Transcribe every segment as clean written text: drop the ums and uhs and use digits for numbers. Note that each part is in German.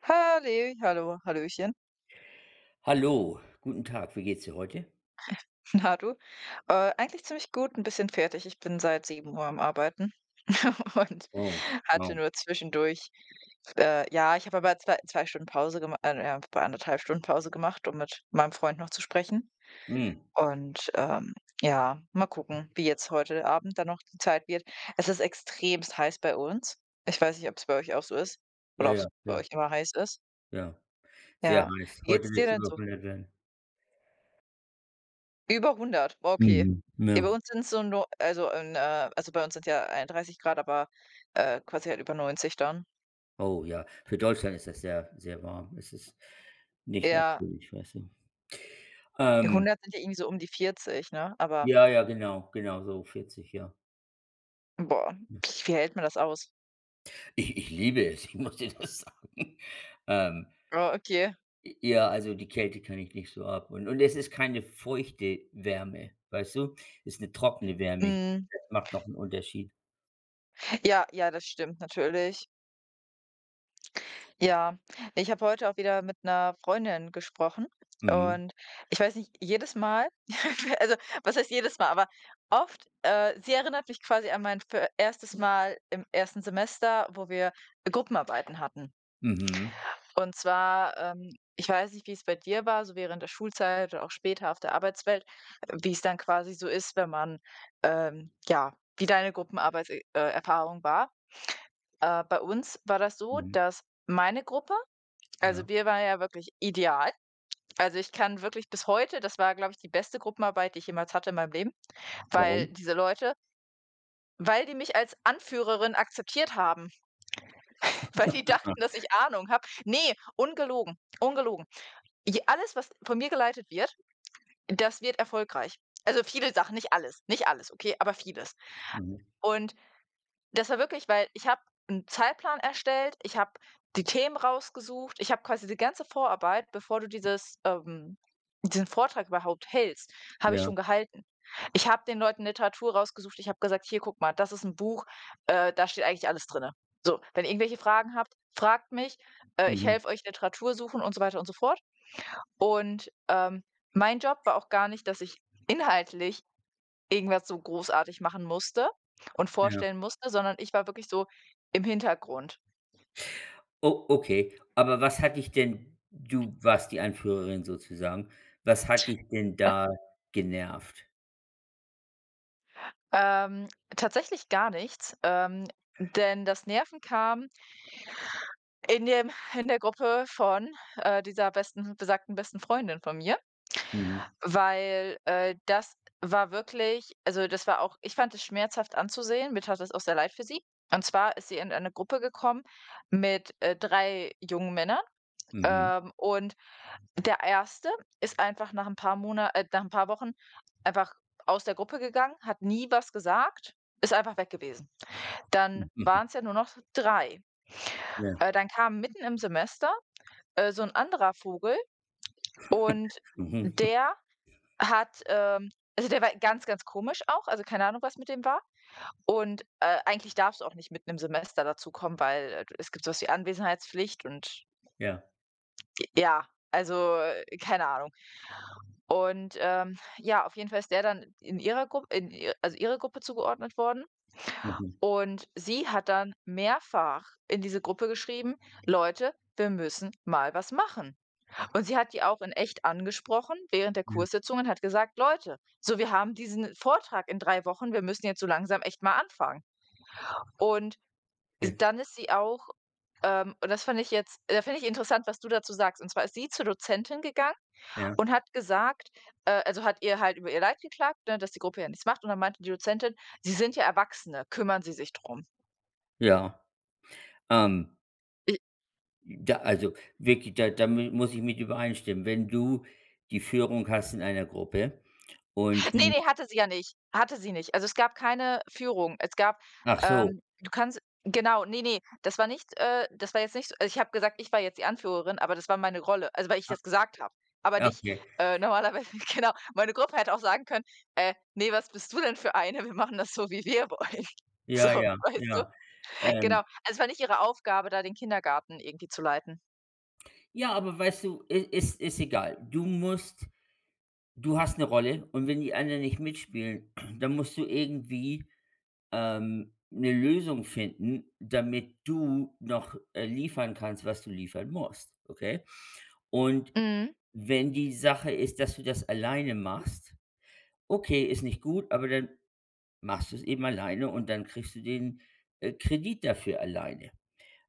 Halli, hallo, hallöchen. Hallo, guten Tag. Wie geht's dir heute? Na du? Eigentlich ziemlich gut, ein bisschen fertig. Ich bin seit 7 Uhr am Arbeiten und Oh, hatte wow. nur zwischendurch, ja, ich habe aber zwei 2 Stunden Pause gemacht, ja, etwa 1,5 Stunden Pause gemacht, um mit meinem Freund noch zu sprechen. Mhm. Und, ja, mal gucken, wie jetzt heute Abend dann noch die Zeit wird. Es ist extremst heiß bei uns. Ich weiß nicht, ob es bei euch auch so ist Ja, oder ob es ja, bei ja, euch immer heiß ist. ja. Sehr Ja. heiß. Wie Heute geht's wird dir es denn über so? 100 werden. Über 100, okay. Mhm. Ja, Ja. bei uns sind's so nur, also, also, bei uns sind ja 31 Grad, aber, quasi halt über 90 dann. Oh ja, für Deutschland ist das sehr, sehr warm. Es ist nicht Ja, natürlich, weißt du. ja, Ähm, 100 sind ja irgendwie so um die 40, ne? Aber ja, ja, genau, genau, so 40, ja. boah, Ja. wie hält man das aus? Ich liebe es, ich muss dir das sagen. Ähm, Oh, okay. ja, also die Kälte kann ich nicht so ab. Und es ist keine feuchte Wärme, weißt du? Es ist eine trockene Wärme. Mhm. Das macht noch einen Unterschied. Ja, ja, das stimmt natürlich. Ja, ich habe heute auch wieder mit einer Freundin gesprochen, Mhm. und ich weiß nicht, jedes Mal, also, was heißt jedes Mal, aber oft, sie erinnert mich quasi an mein fü erstes Mal im ersten Semester, wo wir Gruppenarbeiten hatten. Mhm. Und zwar, ich weiß nicht, wie es bei dir war, so während der Schulzeit oder auch später auf der Arbeitswelt, wie es dann quasi so ist, wenn man, ja, wie deine Gruppenarbeitserfahrung, Erfahrung war. Bei uns war das so, Mhm. dass meine Gruppe, Ja. also wir waren ja wirklich ideal. Also ich kann wirklich bis heute, das war, glaube ich, die beste Gruppenarbeit, die ich jemals hatte in meinem Leben, weil Warum? diese Leute, weil die mich als Anführerin akzeptiert haben, weil die Ah, dachten, dass ich Ahnung habe. Nee, ungelogen, ungelogen. Alles, was von mir geleitet wird, das wird erfolgreich. Also viele Sachen, nicht alles, nicht alles, okay, aber vieles. mhm. Und, Das war wirklich weil ich habe einen Zeitplan erstellt, ich habe die Themen rausgesucht, ich habe quasi die ganze Vorarbeit, bevor du diesen Vortrag überhaupt hältst, habe ich Ja. schon gehalten. Ich habe den Leuten Literatur rausgesucht, ich habe gesagt: „Hier, guck mal, das ist ein Buch, da steht eigentlich alles drinne. So, wenn ihr irgendwelche Fragen habt, fragt mich, ich Mhm. helfe euch Literatur suchen" und so weiter und so fort. Und, mein Job war auch gar nicht, dass ich inhaltlich irgendwas so großartig machen musste und Ja. vorstellen musste, sondern ich war wirklich so im Hintergrund. Oh, okay. Aber was hat dich denn, du warst die Anführerin sozusagen. Was hat dich denn da genervt? Ähm, tatsächlich gar nichts, denn das Nerven kam in dem in der Gruppe von, dieser besten besagten besten Freundin von mir, Mhm. weil, das war wirklich, also, das war auch, ich fand es schmerzhaft anzusehen, mir tat es auch sehr leid für sie. Und zwar ist sie in eine Gruppe gekommen mit, drei jungen Männern, Mhm. Und der erste ist einfach nach ein paar Mona nach ein paar Wochen einfach aus der Gruppe gegangen, hat nie was gesagt, ist einfach weg gewesen. Dann Mhm. waren es ja nur noch 3. Ja. Dann kam mitten im Semester, so ein anderer Vogel, und Mhm. der hat, also, der war ganz, ganz komisch auch, also, keine Ahnung, was mit dem war. Und, eigentlich darfst du auch nicht mitten im Semester dazu kommen, weil, es gibt so was wie Anwesenheitspflicht, und Ja. ja, also, keine Ahnung. Und, ja, auf jeden Fall ist der dann in ihrer Gruppe, in ihr also ihre Gruppe zugeordnet worden. Mhm. Und sie hat dann mehrfach in diese Gruppe geschrieben: „Leute, wir müssen mal was machen." Und sie hat die auch in echt angesprochen während der Ja. Kurssitzungen, hat gesagt: „Leute, so, wir haben diesen Vortrag in 3 Wochen, wir müssen jetzt so langsam echt mal anfangen." Und Ja. dann ist sie auch, und das fand ich jetzt, da finde ich interessant, was du dazu sagst. Und zwar ist sie zur Dozentin gegangen Ja. und hat gesagt, also hat ihr halt über ihr Leid geklagt, ne, dass die Gruppe ja nichts macht, und dann meinte die Dozentin: „Sie sind ja Erwachsene, kümmern Sie sich drum." Ja. Ähm, I Da also, wirklich, da da mu muss ich mit übereinstimmen. Wenn du die Führung hast in einer Gruppe und Ne, die ne, hatte sie nicht. Also, es gab keine Führung. Es gab, ach so, du kannst, genau, ne, ne, das war jetzt nicht so, also, ich habe gesagt, ich war jetzt die Anführerin, aber das war meine Rolle, also, weil ich das gesagt habe, aber ah, nicht, okay. Normalerweise. Genau, meine Gruppe hätte auch sagen können: ne, was bist du denn für eine? Wir machen das so, wie wir wollen." So, Ja, ja, weißt du? ja. Genau. Ähm. Also, es war nicht ihre Aufgabe, da den Kindergarten irgendwie zu leiten. Ja, aber weißt du, i ist ist egal. Du musst, du hast eine Rolle, und wenn die anderen nicht mitspielen, dann musst du irgendwie, 'ne Lösung finden, damit du noch, liefern kannst, was du liefern musst, okay? Und Mhm. wenn die Sache ist, dass du das alleine machst, okay, ist nicht gut, aber dann machst du es eben alleine und dann kriegst du den, Kredit dafür alleine.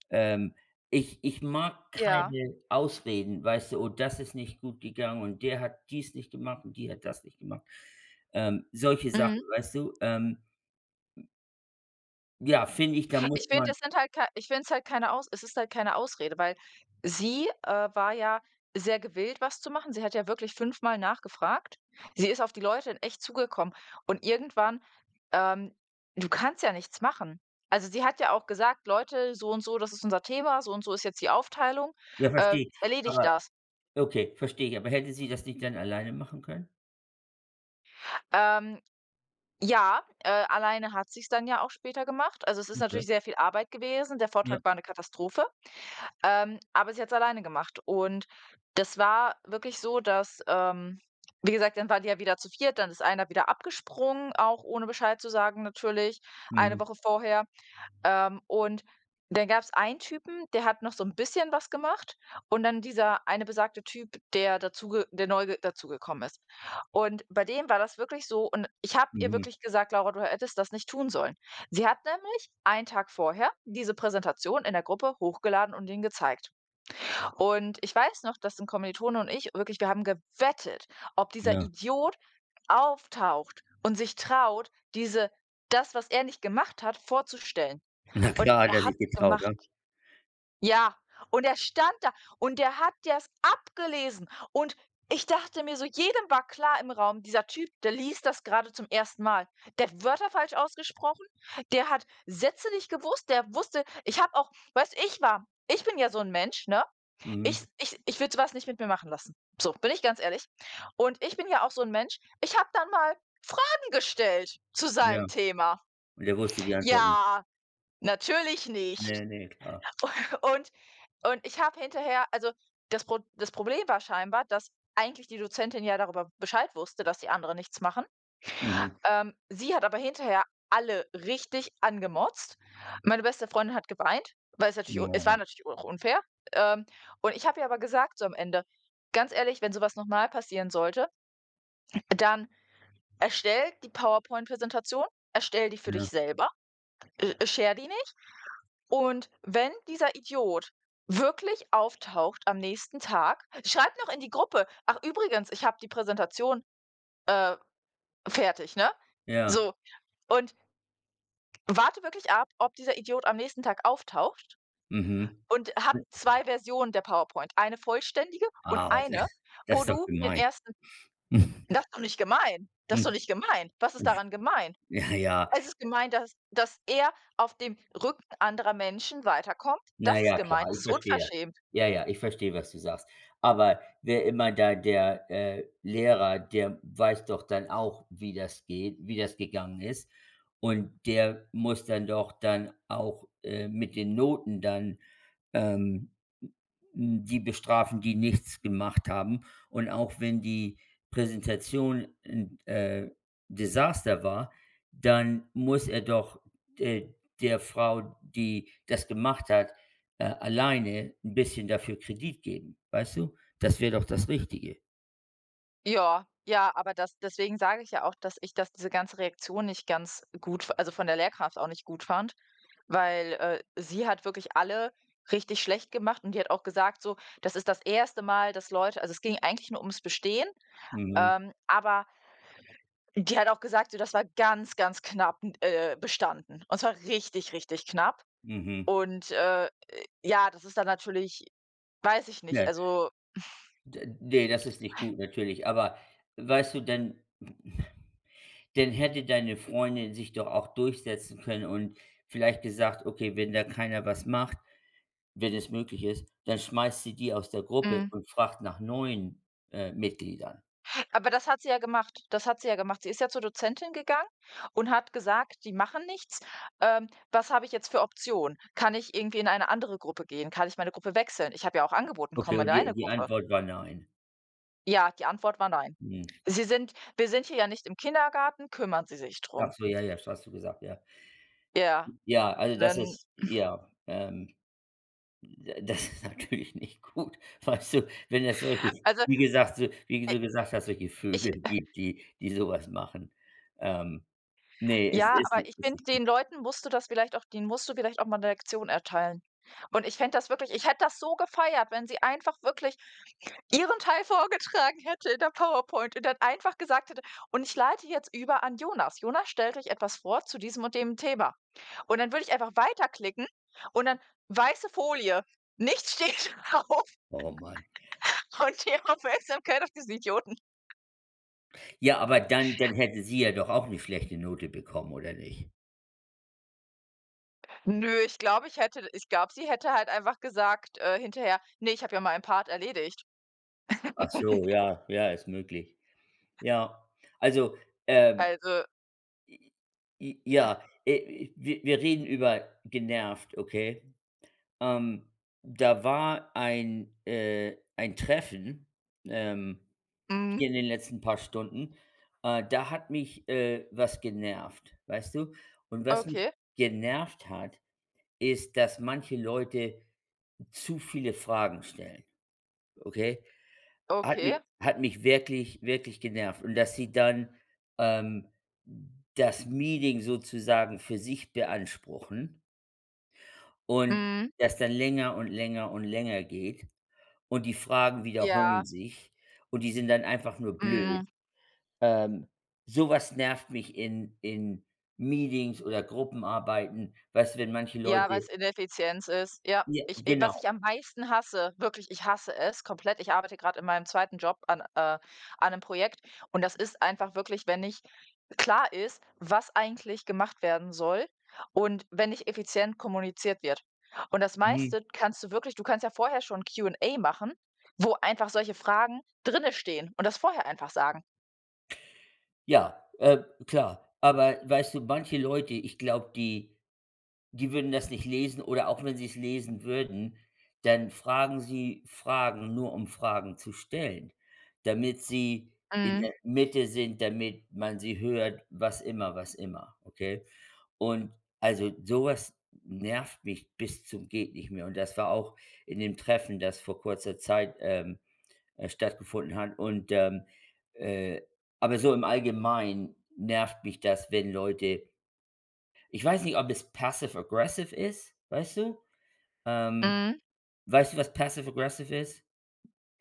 Ähm, ich mag Ja. keine Ausreden, weißt du: „Oh, das ist nicht gut gegangen und der hat dies nicht gemacht und die hat das nicht gemacht.“ Solche Sachen, Mhm. weißt du? Ja, finde ich, da Ich muss finde, man das sind halt kei ich finde es halt keine Aus es ist halt keine Ausrede, weil sie, war ja sehr gewillt, was zu machen. Sie hat ja wirklich fünfmal nachgefragt. Sie ist auf die Leute in echt zugekommen, und irgendwann, ähm du kannst ja nichts machen. Also, sie hat ja auch gesagt: „Leute, so und so, das ist unser Thema, so und so ist jetzt die Aufteilung, ja, verstehe ich. erledigt Aber das." okay, verstehe ich. Aber hätte sie das nicht dann alleine machen können? Ähm, Ja, alleine hat sie's dann ja auch später gemacht. Also, es ist Okay, natürlich sehr viel Arbeit gewesen. Der ja. Vortrag war eine Katastrophe, aber sie hat es alleine gemacht. Und das war wirklich so, dass, wie gesagt, dann war die ja wieder zu viert, dann ist einer wieder abgesprungen, auch ohne Bescheid zu sagen natürlich, eine Mhm, Woche vorher. Und dann gab es einen Typen, der hat noch so ein bisschen was gemacht, und dann dieser eine besagte Typ, der dazu der neu ge dazugekommen ist. Und bei dem war das wirklich so, und ich habe ihr mhm, wirklich gesagt: „Laura, du hättest das nicht tun sollen." Sie hat nämlich einen Tag vorher diese Präsentation in der Gruppe hochgeladen und ihn gezeigt. Und ich weiß noch, dass 'n Kommilitone und ich wirklich, wir haben gewettet, ob dieser ja. Idiot auftaucht und sich traut, diese das, was er nicht gemacht hat, vorzustellen. Na Und klar hat er er sich hat's getraut, gemacht. ja. Ja, und er stand da und der hat das abgelesen. Und ich dachte mir so, jedem war klar im Raum, dieser Typ, der liest das gerade zum ersten Mal. Der hat Wörter falsch ausgesprochen, der hat Sätze nicht gewusst, der wusste ich habe auch weißt du, ich war, ich bin ja so ein Mensch, ne? Mhm, Ich würde so was nicht mit mir machen lassen. So, bin ich ganz ehrlich. Und ich bin ja auch so ein Mensch, ich habe dann mal Fragen gestellt zu ja. seinem Thema. Und er wusste die Antworten. Ja, natürlich nicht. Ne, ne, klar. Und und ich habe hinterher, also, das Problem war scheinbar, dass eigentlich die Dozentin ja darüber Bescheid wusste, dass die anderen nichts machen. Mhm. Sie hat aber hinterher alle richtig angemotzt. Meine beste Freundin hat geweint, weil es war Ja, natürlich auch unfair. Ähm, und ich habe ihr aber gesagt so am Ende: „Ganz ehrlich, wenn sowas nochmal passieren sollte, dann erstell die PowerPoint-Präsentation, erstell die für dich ja. selber, share die nicht." Und wenn dieser Idiot wirklich auftaucht am nächsten Tag, schreibt noch in die Gruppe: „Ach übrigens, ich habe die Präsentation, äh, fertig", ne? Ja. So, und warte wirklich ab, ob dieser Idiot am nächsten Tag auftaucht Mhm. und hat 2 Versionen der PowerPoint, eine vollständige und Ah, das eine, das wo ist doch du den gemein. ersten das ist doch nicht gemein. Das ist doch nicht gemein. Was ist daran gemein? Ja, ja. Es ist gemein, dass er auf dem Rücken anderer Menschen weiterkommt. Na Das ist ja, klar, gemein. Das ich ist verstehe. unverschämt. Ja, ja, ich verstehe, was du sagst. Aber wer immer da der, Lehrer, der weiß doch dann auch, wie das geht, wie das gegangen ist. Und der muss dann doch dann auch, mit den Noten dann, ähm, hm, die bestrafen, die nichts gemacht haben. Und auch wenn die Präsentation 'n, Desaster war, dann muss er doch, äh, der Frau, die das gemacht hat, alleine ein bisschen dafür Kredit geben, weißt du? Das wäre doch das Richtige. Ja, ja, aber das deswegen sage ich ja auch, dass ich das diese ganze Reaktion nicht ganz gut f also, von der Lehrkraft auch nicht gut fand, weil, sie hat wirklich alle richtig schlecht gemacht, und die hat auch gesagt so: „Das ist das erste Mal, dass Leute", also, es ging eigentlich nur ums Bestehen, Mhm, aber die hat auch gesagt so: „Das war ganz, ganz knapp, bestanden." Und zwar richtig, richtig knapp. mhm. Und, ja, das ist dann natürlich, weiß ich nicht, Ja, also, d ne, das ist nicht gut natürlich, aber weißt du, dann hätte deine Freundin sich doch auch durchsetzen können und vielleicht gesagt: „Okay, wenn da keiner was macht, wenn es möglich ist, dann schmeißt sie die aus der Gruppe hm und fragt nach neuen, Mitgliedern.“ aber das hat sie ja gemacht. Das hat sie ja gemacht. Sie ist ja zur Dozentin gegangen und hat gesagt: „Die machen nichts. Was habe ich jetzt für Optionen? Kann ich irgendwie in eine andere Gruppe gehen? Kann ich meine Gruppe wechseln?" Ich habe ja auch angeboten: Okay, „Komm in und die deine die Gruppe." Antwort war „Nein“. Ja, die Antwort war „Nein." Mhm. „Sie sind Wir sind hier ja nicht im Kindergarten, kümmern Sie sich drum." Ach so, ja, ja, das hast du gesagt, ja. Ja, Ja, also das dann, ist ja, das ist natürlich nicht gut, weißt du, wenn es solche, also, wie gesagt, so wie du gesagt hast, solche ich Vögel gibt, die die sowas machen. Ähm, ne, es ja, ist aber nicht, ich ist finde, nicht gut. Denen musst du vielleicht auch mal 'ne Lektion erteilen. Ich hätte das so gefeiert, wenn sie einfach wirklich ihren Teil vorgetragen hätte in der PowerPoint und dann einfach gesagt hätte: „Und ich leite jetzt über an Jonas. Jonas stellt euch etwas vor zu diesem und dem Thema." Und dann würde ich einfach weiterklicken und dann weiße Folie, nichts steht drauf, Oh Mann. und die Aufmerksamkeit auf diesen Idioten. Ja, aber dann hätte sie ja doch auch eine schlechte Note bekommen, oder nicht? Nö, ich glaube, ich glaube, sie hätte halt einfach gesagt, hinterher: „Nee, ich habe ja mal meinen Part erledigt." Ach so, ja, ja, ist möglich. Ja, also, ähm, Also, j j ja, wir reden über genervt, okay? Ähm, Da war ein Treffen, ähm mhm, hier in den letzten paar Stunden, da hat mich, was genervt, weißt du? Und was mich okay, genervt hat, ist, dass manche Leute zu viele Fragen stellen, okay? Hat mich okay, hat mich wirklich, wirklich genervt und dass sie dann, ähm, das Meeting sozusagen für sich beanspruchen und mhm, das dann länger und länger und länger geht und die Fragen wiederholen ja, sich und die sind dann einfach nur blöd. mhm. Ähm, so nervt mich in Meetings oder Gruppenarbeiten, weißt du, wenn manche Ja, weil Leute es Ineffizienz ist. Ja, ja, ich genau, was ich am meisten hasse, wirklich, ich hasse es komplett. Ich arbeite gerade in meinem zweiten Job an, an 'nem Projekt, und das ist einfach wirklich, wenn nicht klar ist, was eigentlich gemacht werden soll, und wenn nicht effizient kommuniziert wird. Und das mhm, meiste kannst du wirklich, du kannst ja vorher schon Q&A machen, wo einfach solche Fragen drinne stehen und das vorher einfach sagen. ja, klar. Aber weißt du, manche Leute, ich glaube, die würden das nicht lesen, oder auch wenn sie es lesen würden, dann fragen sie Fragen nur, um Fragen zu stellen, damit sie in Mhm, der Mitte sind, damit man sie hört, was immer, okay? Und also, sowas nervt mich bis zum geht nicht mehr. Und das war auch in dem Treffen, das vor kurzer Zeit, stattgefunden hat. Und, äh aber so im Allgemeinen nervt mich das, wenn Leute ich weiß nicht, ob es passive aggressive ist, weißt du? Ähm, mhm. Weißt du, was passive aggressive ist?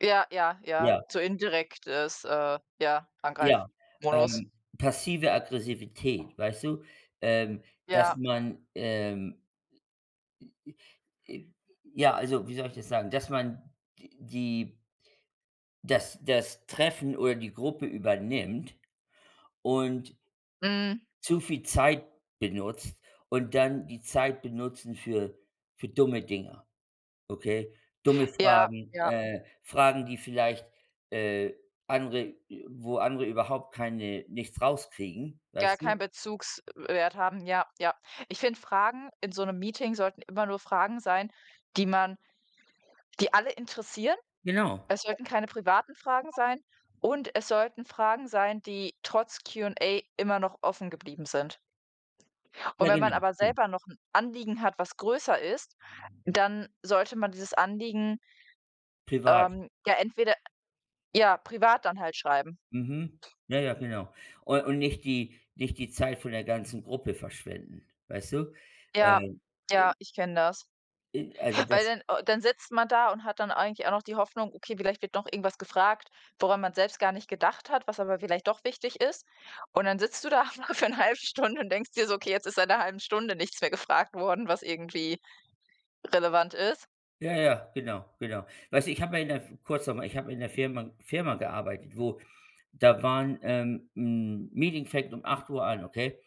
Ja, ja, ja. Ja, So indirektes, ja, ja. Angreifmodus. Ähm, Passive Aggressivität, weißt du? Ähm, Dass Ja. man, J ja, also, wie soll ich das sagen? Dass man d die das das Treffen oder die Gruppe übernimmt und Mhm. zu viel Zeit benutzt und dann die Zeit benutzen für dumme Dinge, okay? Dumme Ja, Fragen, ja, Fragen, die vielleicht, äh, andere, wo andere überhaupt keine nichts rauskriegen, gar weißt keinen du? Bezugswert haben. Ja, ja. Ich finde, Fragen in so einem Meeting sollten immer nur Fragen sein, die man die alle interessieren. Genau. Es sollten keine privaten Fragen sein, und es sollten Fragen sein, die trotz Q&A immer noch offen geblieben sind. Und Ja, wenn man genau. aber Ja, selber noch ein Anliegen hat, was größer ist, dann sollte man dieses Anliegen, privat. Ja, entweder ja, privat dann halt schreiben. Mhm. Ja, ja, genau. Und nicht die nicht die Zeit von der ganzen Gruppe verschwenden, weißt du? Ja, Ähm, ja, ich kenne das. i also, Weil das dann, dann sitzt man da und hat dann eigentlich auch noch die Hoffnung: „Okay, vielleicht wird noch irgendwas gefragt, woran man selbst gar nicht gedacht hat, was aber vielleicht doch wichtig ist." Und dann sitzt du da aber für eine halbe Stunde und denkst dir so: „Okay, jetzt ist seit 'ner halben Stunde nichts mehr gefragt worden, was irgendwie relevant ist." ja, ja, genau, genau. Weißt du, ich habe ja in der kurz noch mal, ich habe in der Firma gearbeitet, wo da waren hm, Meeting fängt um 8 Uhr an, okay?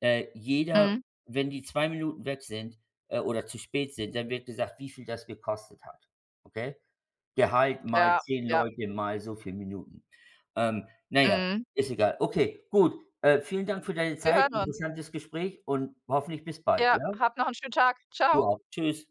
Jeder, Mhm. wenn die 2 Minuten weg sind, oder zu spät sind, dann wird gesagt, wie viel das gekostet hat, okay? Gehalt mal Ja, zehn ja. Leute mal so viele Minuten. Na ja, Mhm. ist egal. Okay, gut. Vielen Dank für deine Wir Zeit. hören uns. Interessantes Gespräch und hoffentlich bis bald, Ja, ja? hab noch einen schönen Tag. Du Ciao. auch. Tschüss.